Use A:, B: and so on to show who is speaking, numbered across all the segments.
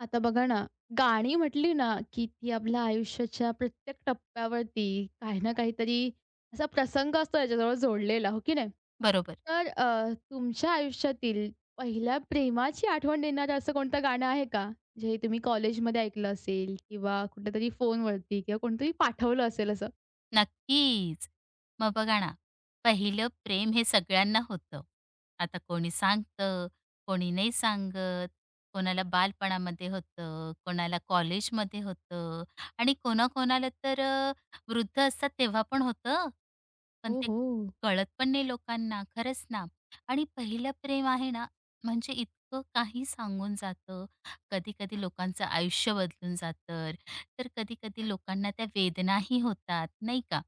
A: आता बघा ना, गाणी म्हटली ना, की ती आपल्या आयुष्याच्या प्रत्येक टप्प्यावरती काही ना काहीतरी असा प्रसंग असतो याच्याजवळ जोडलेला, हो की नाही?
B: बरोबर.
A: तर तुमच्या आयुष्यातील पहिल्या प्रेमाची आठवण देणारं असं कोणतं गाणं आहे का? जे तुम्ही कॉलेजमध्ये ऐकलं असेल किंवा कुठेतरी फोनवरती किंवा कोणीतरी पाठवलं असेल असं?
B: नक्कीच. मग बघा ना, पहिलं प्रेम हे सगळ्यांना होतं. आता कोणी सांगतं, कोणी नाही सांगत. कोणाला बालपणामध्ये होतं, कोणाला कॉलेजमध्ये होतं आणि कोणाकोणाला तर वृद्ध असतात तेव्हा पण होतं. पण ते
A: ओहो!
B: कळत पण नाही लोकांना. खरंच ना. आणि पहिलं प्रेम आहे ना, म्हणजे इतकं काही सांगून जातं. कधी-कधी लोकांचं आयुष्य बदलून जातं. तर कधी-कधी लोकांना त्या वेदनाही होतात, नाही का?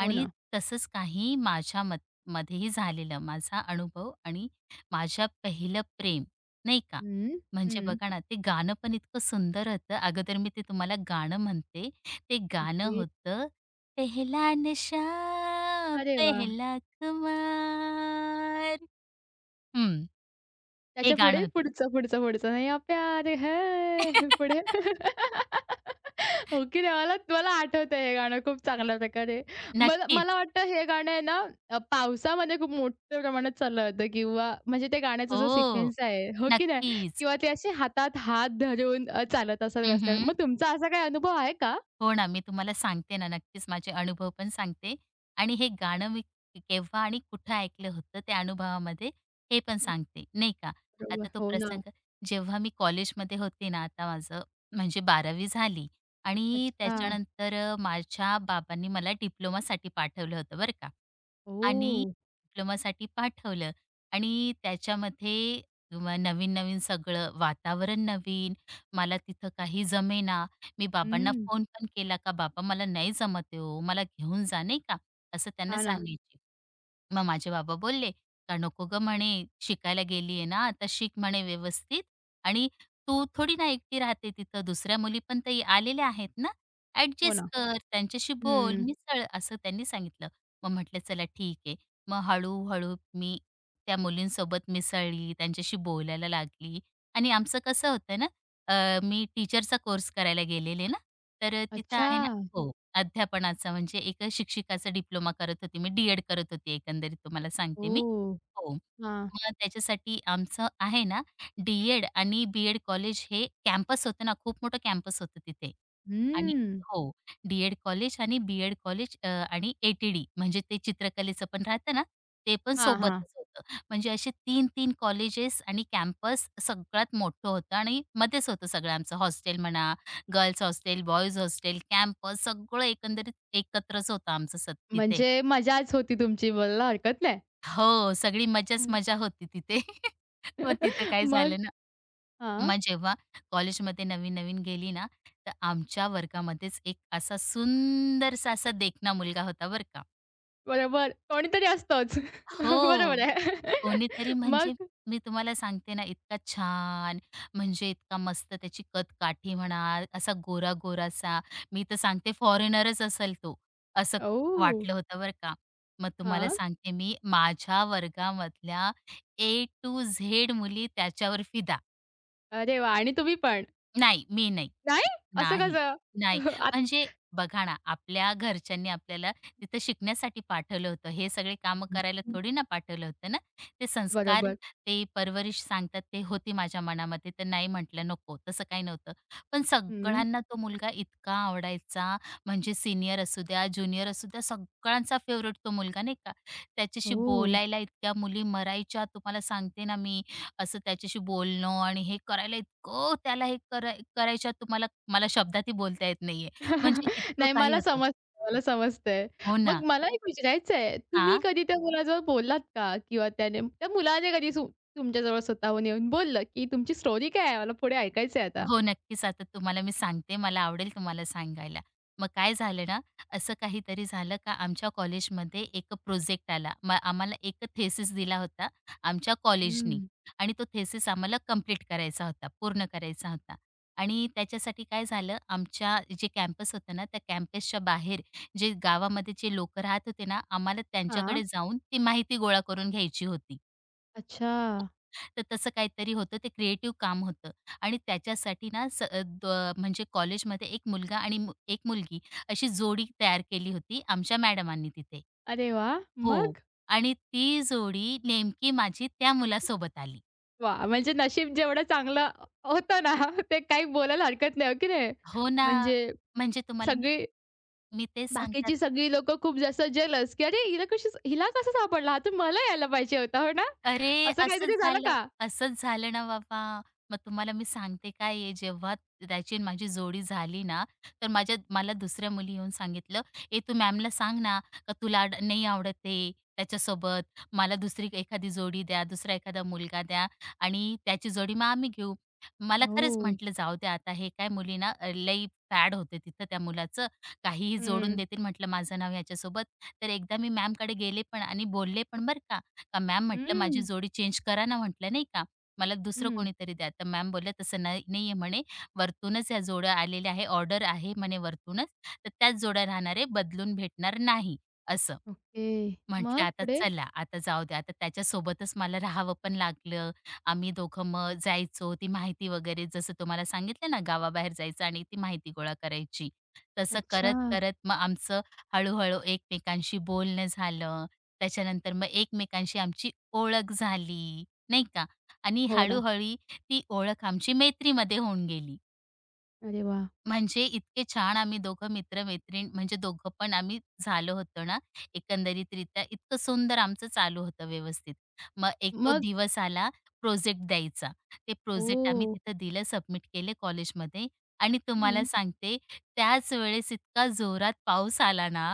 A: हो हो ना.
B: तसंच काही माझ्या मध्येही झालेलं. माझा अनुभव आणि माझ्या पहिलं प्रेम, नाही का?
A: हं.
B: म्हणजे
A: हं.
B: बघा ना, ते गाणं पण इतकं सुंदर होतं. अगोदर मी ते तुम्हाला गाणं म्हणते. ते गाणं
A: ओके.
B: होतं, "पहला नशा
A: अरे वाह!
B: पेहला खुमार". हं, हे गाणं
A: त्याच्यापुढे
B: होतं.
A: पुढचं, पुढचं, पुढचं नया प्यार है पुढे. ओके ना, मला मला आठवतंय हे गाणं खूप चांगल्या प्रकारे. मला मला
B: नक्कीच.
A: वाटतं हे गाणं आहे ना, पावसामध्ये खूप मोठ्या प्रमाणात चाललं होतं किंवा म्हणजे ते गाण्याचा जो
B: हो,
A: सिक्वेन्स आहे, हो की नाही?
B: नक्कीच.
A: किंवा ते असे हातात हात धरून चालत असाल रस्त्यावर.
B: हं,
A: मग तुमचा असा काही अनुभव आहे का?
B: हो ना, मी तुम्हाला सांगते ना, नक्कीच माझे अनुभव पण सांगते आणि हे गाणं मी केव्हा आणि कुठं ऐकलं होतं त्या अनुभवामध्ये हे पण
A: हं.
B: सांगते, नाही का.
A: बरोबर.
B: आता तो
A: हो ना.
B: प्रसंग जेव्हा मी कॉलेजमध्ये होते ना, आता माझं म्हणजे 12वी झाली आणि
A: अच्छा.
B: त्याच्यानंतर माझ्या बाबांनी मला डिप्लोमासाठी पाठवलं होतं बरं का. आणि
A: ओह!
B: डिप्लोमासाठी पाठवलं आणि त्याच्यामध्ये नवीन-नवीन सगळं वातावरण नवीन, मला तिथं काही जमेना. मी बाबांना
A: हं.
B: फोन पण केला का, "बाबा मला नाही जमत आहे हो, मला घेऊन जा," नाही का, असं त्यांना
A: हां ना.
B: सांगायची. मग माझे बाबा बोलले, "का नको गं म्हणे, शिकायला गेली आहे ना, आता शिक म्हणे व्यवस्थित आणि तू थोडी ना एकटी राहते तिथं, दुसऱ्या मुली पण तर आलेल्या आहेत ना,
A: हो
B: ॲडजस्ट
A: ना.
B: कर, त्यांच्याशी बोल,
A: हं.
B: मिसळ." असं त्यांनी सांगितलं. मग म्हटलं चला ठीक आहे. मग हळू मी त्या मुलींसोबत मिसळली, त्यांच्याशी बोलायला लागली आणि आमचं कसं होतं ना, मी टीचरचा कोर्स करायला गेलेले ना, तर तिथं
A: अच्छा.
B: आहे ना. हो. अध्यापनाचा म्हणजे एक शिक्षिकाचा डिप्लोमा करत होते मी, डी-एड करत होते एकंदरीत तुम्हाला सांगते मी.
A: ओह!
B: हो.
A: हां.
B: मग त्याच्यासाठी आमचं आहे ना, डी-एड आणि बी कॉलेज हे कॅम्पस होतं ना, खूप मोठं कॅम्पस होतं तिथे. आणि
A: हम्म.
B: हो, डी कॉलेज आणि बी कॉलेज आणि ए म्हणजे ते चित्रकलेचं पण राहतं ना, ते पण
A: हां, हां.
B: सोबतच होतं. म्हणजे असे 3-3 कॉलेजेस आणि कॅम्पस सगळ्यात मोठं होतं आणि मध्येच होतं सगळं आमचं हॉस्टेल म्हणा, girls hostel, boys hostel, campus सगळं एकंदरीत एकत्रच होतं आमचं सत तिथे.
A: म्हणजे मजाच होती तुमची, बोलायला हरकत नाही.
B: हो, सगळी मजाच
A: हं.
B: मजा होती तिथे. मग तिथं काय
A: मग,
B: झालं ना,
A: हां,
B: मग जेव्हा कॉलेजमध्ये नवीन-नवीन गेली ना, तर आमच्या वर्गामध्येच एक असा सुंदरसा असा देखना मुलगा होता बरं का.
A: बरोबर. कोणीतरी असतोच. बरोबर
B: हो.
A: आहे.
B: कोणीतरी म्हणजे
A: मग
B: मी तुम्हाला सांगते ना, इतका छान, म्हणजे इतका मस्त त्याची काठी म्हणा, असा गोरा-गोरासा. मी तर सांगते फॉरेनरच असेल तो, असं
A: ओह!
B: वाटलं होतं बरं का. मग तुम्हाला
A: हां.
B: सांगते मी, माझ्या वर्गामधल्या ए टू झेड मुली त्याच्यावर फिदा.
A: अरे वाह! आणि तुम्ही पण?
B: नाही, मी नाही.
A: नाही? असं
B: नाही,
A: कसं?
B: नाही.
A: आत,
B: म्हणजे बघा ना, आपल्या घरच्यांनी आपल्याला तिथं शिकण्यासाठी पाठवलं होतं. हे सगळे कामं करायला
A: हं.
B: थोडी ना पाठवलं होतं ना. ते संस्कार,
A: बरोबर.
B: ते परवरिश सांगतात ते होती माझ्या मनामध्ये. तर नाही म्हटलं नको, तसं काही नव्हतं. पण
A: हं.
B: सगळ्यांना तो मुलगा इतका आवडायचा. म्हणजे सीनियर असू द्या, ज्युनियर असू द्या, सगळ्यांचा फेव्हरेट तो मुलगा नाही का. त्याच्याशी
A: ओह!
B: बोलायला इतक्या मुली मरायच्या तुम्हाला सांगते ना मी. असं त्याच्याशी बोलणं आणि हे करायला इतकं त्याला हे करायच्या तुम्हाला. मला शब्दातही बोलता येत नाहीये. म्हणजे इतकं
A: नाही,
B: काही
A: मला
B: होतं.
A: समजतंय, मला समजतंय.
B: हो
A: मग
B: ना.
A: मला एक विचारायचंय, तुम्ही
B: हां.
A: कधी त्या मुलाजवळ बोललात का? किंवा त्याने त्या मुलाने कधी सु तुमच्याजवळ स्वतःहून येऊन बोललं, की तुमची स्टोरी काय आहे? मला पुढे ऐकायचंय आता?
B: हो, नक्कीच. आता तुम्हाला मी सांगते, मला आवडेल तुम्हाला सांगायला. मग काय झालं ना, असं काहीतरी झालं का आमच्या कॉलेजमध्ये एक प्रोजेक्ट आला. मग आम्हाला एक थेसिस दिला होता आमच्या कॉलेजनी
A: हं.
B: आणि तो थेसिस आम्हाला कंप्लीट करायचा होता, पूर्ण करायचा होता. आणि त्याच्यासाठी काय झालं, आमच्या जे कॅम्पस होतं ना, त्या कॅम्पसच्या बाहेर जे गावामध्ये जे लोकं राहत होते ना, आम्हाला
A: हां.
B: त्यांच्याकडे जाऊन ती माहिती गोळा करून घ्यायची होती.
A: अच्छा.
B: तर तसं काहीतरी होतं, ते क्रिएटिव्ह काम होतं आणि त्याच्यासाठी ना स अ, द म्हणजे कॉलेजमध्ये एक मुलगा आणि एक मुलगी अशी जोडी तयार केली होती आमच्या मॅडमांनी तिथे.
A: अरे वाह!
B: हो.
A: मग?
B: आणि ती जोडी नेमकी माझी त्या मुलासोबत आली.
A: वाह! म्हणजे नशीब जेवढं चांगलं होतं ना, ते काही बोलायला हरकत नाही, हो की नाही?
B: हो ना.
A: म्हणजे
B: म्हणजे तुम्हाला मी
A: सगळी
B: मी तेच सांगतात.
A: बाकीची सगळी लोकं खूप जास्त जेलस, की "अरे हिला कशी हिला कसं सापडला? हा तर मला यायला पाहिजे होता." हो ना?
B: अरे,
A: असं
B: असंच
A: काहीतरी झालं
B: झालं,
A: का?
B: असंच झालं ना बाबा. मग तुम्हाला मी सांगते काय आहे, जेव्हा त्याची आणि माझी जोडी झाली ना, तर माझ्या मला दुसऱ्या मुली येऊन सांगितलं, "ए, तू मॅमला सांग ना, का तुला नाही आवडत आहे त्याच्यासोबत. मला दुसरी एखादी जोडी द्या, दुसरा एखादा मुलगा द्या आणि त्याची जोडी मग आम्ही घेऊ." मला
A: हो.
B: खरंच म्हटलं, "जाऊ द्या आता हे काय मुलींना लई फॅड होते तिथं त्या मुलाचं. काहीही जोडून
A: हं.
B: देतील." म्हटलं, "माझं नाव ह्याच्यासोबत." तर एकदा मी मॅमकडे गेले पण आणि बोलले पण बरं का. का मॅम म्हटलं
A: हं,
B: माझी जोडी चेंज करा ना म्हटलं नाही का. मला दुसरं
A: हं.
B: कोणीतरी द्या. तर मॅम बोलल्या तसं नाही नाहीये म्हणे, वरतूनच या जोड्या आलेल्या आहे. ऑर्डर आहे म्हणे वरतूनच. तर त्याच जोड्या राहणार आहे, बदलून भेटणार नाही असं.
A: ओके.
B: म्हटलं
A: मग
B: आता
A: पुढे?
B: चला, आता जाऊ दे, आता त्याच्यासोबतच मला राहावं पण लागलं. आम्ही दोघं मग जायचो. ती माहिती वगैरे जसं तुम्हाला सांगितलं ना, गावाबाहेर जायचं आणि ती माहिती गोळा करायची. तसं
A: अच्छा.
B: करत-करत मग आमचं हळू-हळू एकमेकांशी बोलणं झालं. त्याच्यानंतर मग एकमेकांशी आमची ओळख झाली, नाही का? आणि
A: हो
B: हळू
A: ना.
B: ती ओळख आमची मैत्रीमध्ये होऊन गेली.
A: अरे वाह!
B: म्हणजे इतके छान आम्ही दोघं मित्र-मैत्रीण म्हणजे दोघं पण आम्ही झालो होतो ना, एकंदरीतरित्या इतकं सुंदर आमचं चालू होतं व्यवस्थित. मग एक तो
A: मग
B: दिवस आला प्रोजेक्ट द्यायचा. ते प्रोजेक्ट आम्ही
A: ओह!
B: तिथं दिलं, सबमिट केले कॉलेजमध्ये आणि तुम्हाला
A: हं.
B: सांगते त्याच वेळेस इतका जोरात पाऊस आला ना.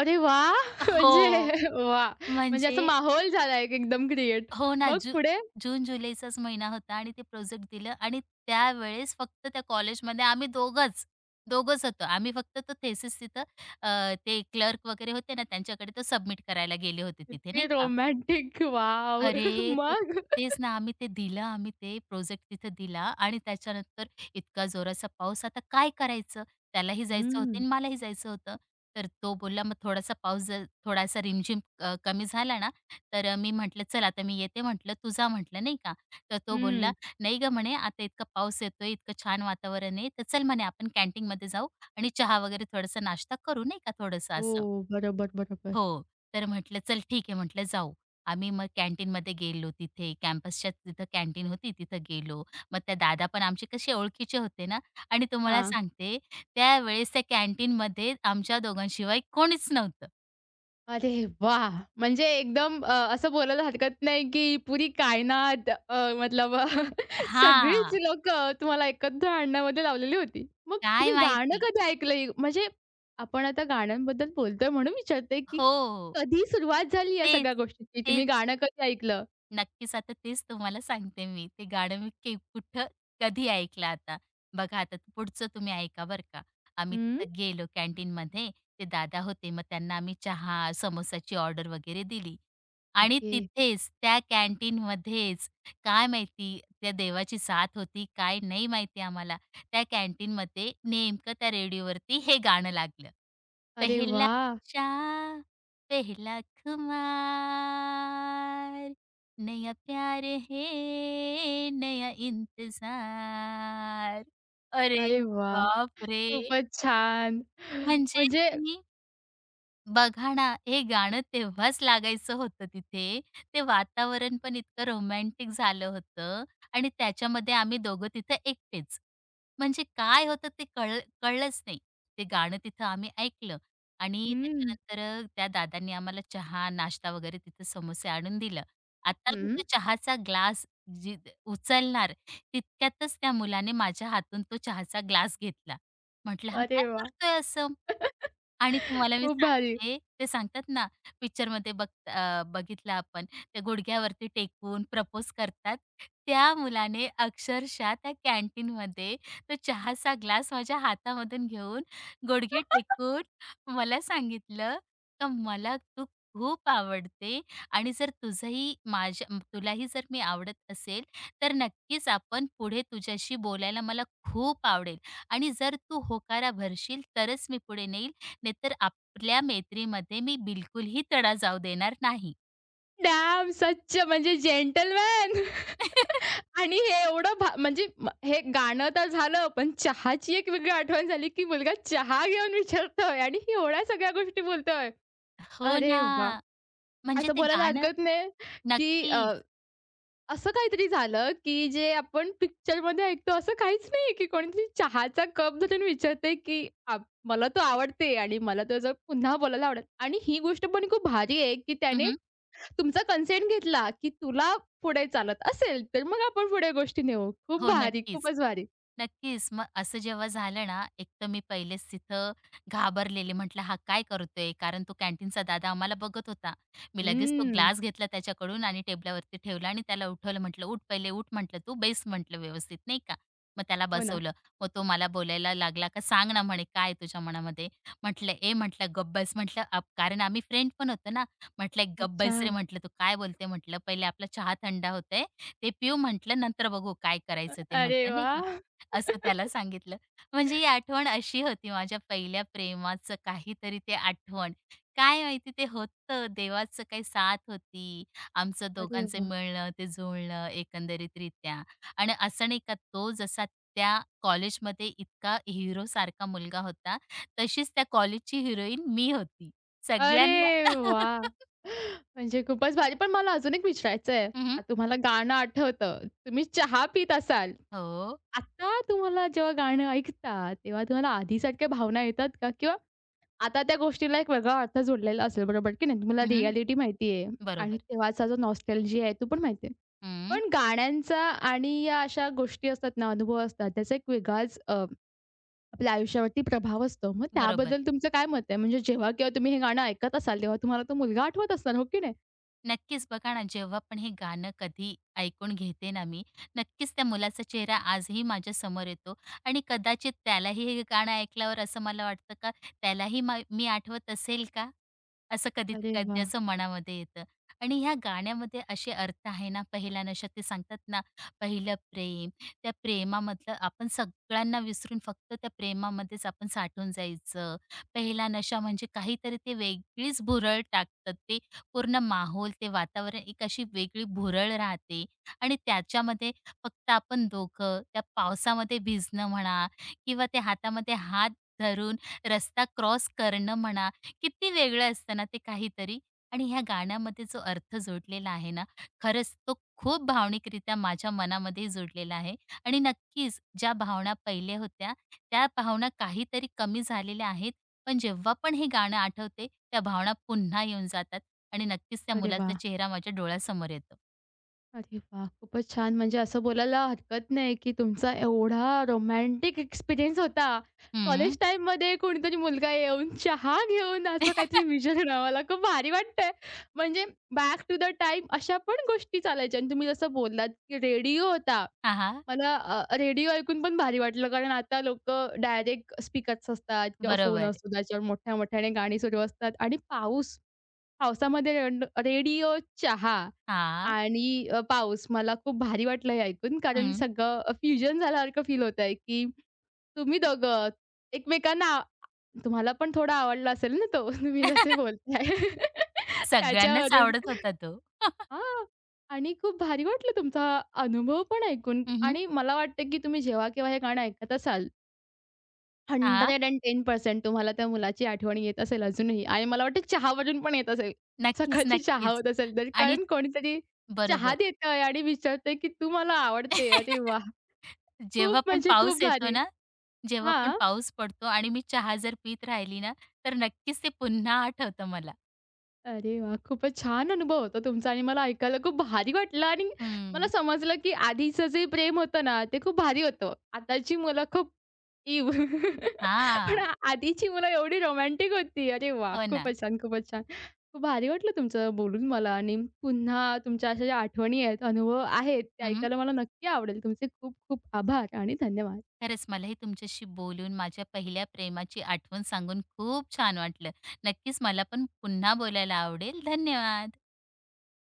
A: अरे वाह!
B: हो,
A: म्हणजे वाह! म्हणजे असं
B: म्हणजे
A: माहोल झाला एक एकदम क्रिएट.
B: हो ना.
A: मग पुढे?
B: जून-जुलैचाच महिना होता आणि ते प्रोजेक्ट दिलं आणि त्यावेळेस फक्त त्या कॉलेजमध्ये आम्ही दोघंच होतो. आम्ही फक्त तो थेसिस तिथं ते क्लर्क वगैरे होते ना, त्यांच्याकडे तो सबमिट करायला गेले होते तिथे,
A: किती
B: नाही का.
A: रोमॅन्टिक. वॉव!
B: अरे! तो
A: मग?
B: तेच ना, आम्ही ते दिलं, आम्ही ते प्रोजेक्ट तिथे दिला आणि त्याच्यानंतर इतका जोराचा पाऊस. आता काय करायचं? त्यालाही जायचं होतं
A: हं.
B: आणि मलाही जायचं होतं. तर तो बोलला, "मग थोडासा पाऊस जर थोडासा रिमझिम कमी झाला ना, तर मी म्हटलं, "चल आता मी येते," म्हटलं, "तू म्हटलं, नाही का. तर तो बोलला,
A: हं.
B: "नाही गं," म्हणे, "आता इतका पाऊस येतोय, इतकं छान वातावरण आहे, तर चल," म्हणे, "आपण कॅन्टीनमध्ये जाऊ आणि चहा वगैरे थोडासा नाश्ता करू," नाही का, थोडंसं असं.
A: हो. बरोबर, बरोबर.
B: हो. तर म्हटलं चल ठीक आहे म्हटलं जाऊ. आम्ही मग कॅन्टीनमध्ये गेलो, तिथे कॅम्पसच्या तिथं कॅन्टीन होती तिथं गेलो. मग त्या दादा पण आमचे कसे ओळखीचे होते ना आणि तुम्हाला
A: हां.
B: सांगते त्यावेळेस त्या कॅन्टीनमध्ये आमच्या दोघांशिवाय कोणीच नव्हतं.
A: अरे वाह! म्हणजे एकदम असं बोलायला हरकत नाही, की पुरी कायनात मतलब सगळीच
B: हां.
A: लोकं तुम्हाला एकत्र आणण्यामध्ये लावलेली होती. मग
B: काय
A: तुम्ही गाणं
B: माहिती?
A: कधी ऐकलंय? म्हणजे आपण आता गाण्यांबद्दल बोलतोय म्हणून विचारते, की
B: हो.
A: कधी सुरुवात झाली या
B: तेच.
A: सगळ्या गोष्टीची? तुम्ही
B: तेच.
A: गाणं कधी ऐकलं?
B: नक्कीच, आता तेच तुम्हाला सांगते मी. ते गाणं मी कुठं, कधी ऐकलं आता. बघा आता पुढचं तुम्ही ऐका बरं का. आम्ही
A: हं.
B: तिथं गेलो कॅन्टीनमध्ये. ते दादा होते, मग त्यांना आम्ही चहा, समोसाची ऑर्डर वगैरे दिली. आणि
A: ओके.
B: तिथेच त्या कॅन्टीनमध्येच काय माहिती त्या देवाची साथ होती, काय नाही माहिती आम्हाला. त्या कॅन्टीनमध्ये नेमकं त्या रेडिओवरती हे गाणं लागलं.
A: अरे
B: "पेहला
A: वाह!
B: नशा, पेहला खुमार. नया प्यार है नया इंतजार." अरे
A: अरे वाह!
B: बापरे!
A: खूपच छान.
B: म्हणजे
A: म्हणजे
B: तुम्ही बघा ना, हे गाणं तेव्हाच लागायचं होतं तिथे. ते वातावरण पण इतकं रोमॅन्टिक झालं होतं आणि त्याच्यामध्ये आम्ही दोघं तिथं एकटेच. म्हणजे काय होतं ते कळलंच नाही. ते गाणं तिथं आम्ही ऐकलं आणि
A: हं.
B: त्याच्यानंतर त्या दादांनी आम्हाला चहा, नाश्ता वगैरे तिथं समोसे आणून दिलं. आता मी
A: हं.
B: तो चहाचा ग्लास जी उचलणार तितक्यातच त्या मुलाने माझ्या हातून तो चहाचा ग्लास घेतला. म्हटलं, "हा काय
A: अरे वाह!
B: करतोय असं?" आणि तुम्हाला मी
A: खूप भारी.
B: सांगते ते सांगतात ना पिक्चरमध्ये बघितलं आपण ते गुडघ्यावरती टेकून प्रपोज करतात. त्या मुलाने अक्षरशः त्या कॅन्टीनमध्ये तो चहाचा ग्लास माझ्या हातामधून घेऊन गुडघे टेकून मला सांगितलं, "का मला तू खूप आवडते आणि जर तुझंही माझ्या तुलाही जर मी आवडत असेल, तर नक्कीच आपण पुढे तुझ्याशी बोलायला मला खूप आवडेल आणि जर तू होकारा भरशील तरच मी पुढे नेईल, नाहीतर आपल्या मैत्रीमध्ये मी बिलकुलही तडा जाऊ देणार नाही."
A: डॅम! सच्च म्हणजे जेंटलमॅन. आणि हे एवढं भा म्हणजे म हे गाणं तर झालं, पण चहाची एक वेगळी आठवण झाली, की मुलगा चहा घेऊन विचारतोय आणि एवढ्या सगळ्या गोष्टी बोलतोय.
B: हो
A: अरे
B: ना.
A: वाह!
B: म्हणजे
A: असं
B: ते
A: बोलायला
B: गाणं
A: हरकत नाही, की
B: नक्कीच.
A: असं काहीतरी झालं, की जे आपण पिक्चरमध्ये ऐकतो असं काहीच नाहीये, की कोणीतरी चहाचा कप धरून विचारतंय, की आप "मला तू आवडते आणि मला तुझं पुन्हा बोलायला आवडेल." आणि ही गोष्ट पण खूप भारी आहे, की त्याने तुमचा कन्सेंट घेतला, की तुला पुढे चालत असेल, तर मग आपण पुढे गोष्टी नेऊ. खूप
B: हो,
A: भारी,
B: नक्कीच.
A: खूपच भारी.
B: नक्कीच. मग असं जेव्हा झालं ना, एक तर मी पहिलेच तिथं घाबरलेले. म्हटलं, "हा काय करतोय?" कारण तो कॅन्टीनचा दादा आम्हाला बघत होता. मी लगेच तो
A: हम्म.
B: ग्लास घेतला त्याच्याकडून आणि टेबलावरती ठेवला आणि त्याला उठवलं. म्हटलं, "उठ पहिले, उठ," म्हटलं, "तू बेस," म्हटलं, "व्यवस्थित," नाही का. मग त्याला
A: हो ना.
B: बसवलं. मग तो मला बोलायला लागला, "का सांग ना," म्हणे, "काय आहे तुझ्या मनामध्ये?" म्हटलं, "ए," म्हटलं, "गप्प म्हटलं, "आप" कारण आम्ही फ्रेंड पण होतो ना. म्हटलं, "गप्प
A: अच्छा.
B: रे," म्हटलं, "तू काय बोलते?" म्हटलं, "पहिले आपला चहा थंडा होतोय, ते पिऊ म्हटलं, "नंतर बघू काय करायचं ते,"
A: अरे
B: म्हटलं नाही का.
A: वाह!
B: असं त्याला सांगितलं. म्हणजे ही आठवण अशी होती माझ्या पहिल्या प्रेमाचं काहीतरी ते आठवण. काय माहिती ते होतं, देवाचं काही साथ होती. आमचं
A: अरे वाह!
B: दोघांचं मिळणं, ते जुळणं एकंदरीतरित्या. आणि असं नाही का, तो जसा त्या कॉलेजमध्ये इतका हिरोसारखा मुलगा होता, तशीच त्या कॉलेजची हिरोईन मी होती. सगळ्यांना
A: अरे वाह! म्हणजे खूपच भारी. पण मला अजून एक विचारायचं आहे.
B: हं,
A: तुम्हाला गाणं आठवतं, तुम्ही चहा पीत असाल.
B: हो.
A: आता तुम्हाला जेव्हा गाणं ऐकता, तेव्हा तुम्हाला आधीसारख्या भावना येतात का? किंवा आता त्या गोष्टीला एक वेगळा अर्थ जोडलेला असेल, बरोबर की नाही? तुम्हाला
B: हं,
A: रिॲलिटी माहिती आहे आणि
B: बरोबर.
A: तेव्हाचा जो नॉस्टॅल्जिया आहे, तो पण माहिती आहे.
B: हं,
A: पण गाण्यांचा आणि या अशा गोष्टी असतात ना, अनुभव असतात, त्याचा एक वेगळाच आपल्या आयुष्यावरती प्रभाव असतो. मग
B: बरोबर.
A: त्याबद्दल तुमचं काय मत आहे? म्हणजे जेव्हा केव्हा तुम्ही हे गाणं ऐकत असाल, तेव्हा तुम्हाला तो मुलगा आठवत असणार, हो की नाही?
B: नक्कीच बघा ना, जेव्हा पण हे गाणं कधी ऐकून घेते ना मी, नक्कीच त्या मुलाचा चेहरा आजही माझ्यासमोर येतो आणि कदाचित त्यालाही हे गाणं ऐकल्यावर असं मला वाटतं का, त्यालाही मी आठवत असेल का? असं कधी
A: अरे
B: कधी
A: वाह!
B: असं मनामध्ये येतं. आणि ह्या गाण्यामध्ये असे अर्थ आहे ना, पहिल्या नशा ते सांगतात ना, पहिलं प्रेम, त्या प्रेमामधलं आपण सगळ्यांना विसरून फक्त त्या प्रेमामध्येच आपण साठून जायचं. पहिला नशा म्हणजे काहीतरी ते वेगळीच भुरळ टाकतं, ते पूर्ण माहोल, ते वातावरण एक अशी वेगळी भुरळ राहते आणि त्याच्यामध्ये फक्त आपण दोघं त्या पावसामध्ये भिजणं म्हणा किंवा ते हातामध्ये हात धरून रस्ता क्रॉस करणं म्हणा, किती वेगळं असतं ना ते काहीतरी. आणि ह्या गाण्यामध्ये जो अर्थ जोडलेला आहे ना, खरंच तो खूप भावनिकरित्या माझ्या मनामध्ये जोडलेला आहे आणि नक्कीच ज्या भावना पहिल्या होत्या, त्या भावना काहीतरी कमी झालेल्या आहेत. पण जेव्हा पण हे गाणं आठवते, त्या भावना पुन्हा येऊन जातात आणि नक्कीच त्या
A: अरे
B: मुलाचा
A: वाह!
B: चेहरा माझ्या डोळ्यासमोर येतो.
A: अरे वाह! खूपच छान. म्हणजे असं बोलायला हरकत नाही, की तुमचा एवढा रोमॅन्टिक एक्सपिरियन्स होता. कॉलेज
B: हं.
A: टाईममध्ये कोणीतरी मुलगा येऊन चहा घेऊन असं काहीतरी विचारणं मला खूप भारी वाटतंय. म्हणजे बॅक टू द टाईम अशा पण गोष्टी चालायच्या आणि तुम्ही जसं बोललात, की रेडिओ होता.
B: हां, हां.
A: मला रेडिओ ऐकून पण भारी वाटलं, कारण आता लोकं डायरेक्ट स्पीकर्स असतात किंवा फोन
B: बरोबर.
A: असतो त्याच्यावर मोठ्या-मोठ्याने गाणी सुरू असतात आणि पाऊस, पावसामध्ये रेंड रेडिओ, चहा
B: हां.
A: आणि पाऊस. मला खूप भारी वाटलं हे ऐकून, कारण
B: हं.
A: सगळं फ्युजन झाल्यासारखं फील होतंय, की तुम्ही दोघं एकमेकांना आ तुम्हाला पण थोडा आवडला असेल ना तो, तुम्ही जसे बोलताय
B: सगळ्यांनाच
A: त्याच्यावरून.
B: आवडत होता तो.
A: हां. आणि खूप भारी वाटलं तुमचा हा अनुभव पण ऐकून
B: हं, हं.
A: आणि मला वाटतं, की तुम्ही जेव्हा केव्हा हे गाणं ऐकत असाल, 110% तुम्हाला त्या मुलाची आठवण येत असेल अजूनही आणि मला वाटतं चहावरून पण येत असेल.
B: नक्कीच,
A: सकाळची चहा
B: नक्कीच.
A: होत असेल तर
B: आणि
A: कारण कोणीतरी चहा
B: बरोबर.
A: देतंय आणि विचारतंय, की "तू मला आवडते." अरे वाह!
B: जेव्हा
A: खूप
B: पण
A: म्हणजे खूप
B: पाऊस येतो
A: भारी.
B: ना, जेव्हा पण
A: हां.
B: पाऊस पडतो आणि मी चहा जर पीत राहिली ना, तर नक्कीच ते पुन्हा आठवतं मला.
A: अरे वाह! खूपच छान अनुभव होता तुमचा आणि मला ऐकायला खूप भारी वाटलं आणि मला
B: हं.
A: समजलं, की आधीचं जे प्रेम होतं ना, ते खूप भारी होतं. आताची मुलं खूप इव्ह. पण
B: हां.
A: आ- आधीची मुलं एवढी रोमॅन्टिक होती. अरे वाह!
B: हो ना.
A: खूपच छान, खूपच छान. खूप भारी वाटलं तुमचं बोलून मला आणि पुन्हा तुमच्या अशा ज्या आठवणी आहेत, अनुभव आहेत, ते ऐकायला मला नक्की आवडेल. तुमचे खूप खूप आभार आणि धन्यवाद.
B: खरंच मलाही तुमच्याशी बोलून माझ्या पहिल्या प्रेमाची आठवण सांगून खूप छान वाटलं. नक्कीच मला पण पुन्हा बोलायला आवडेल. धन्यवाद.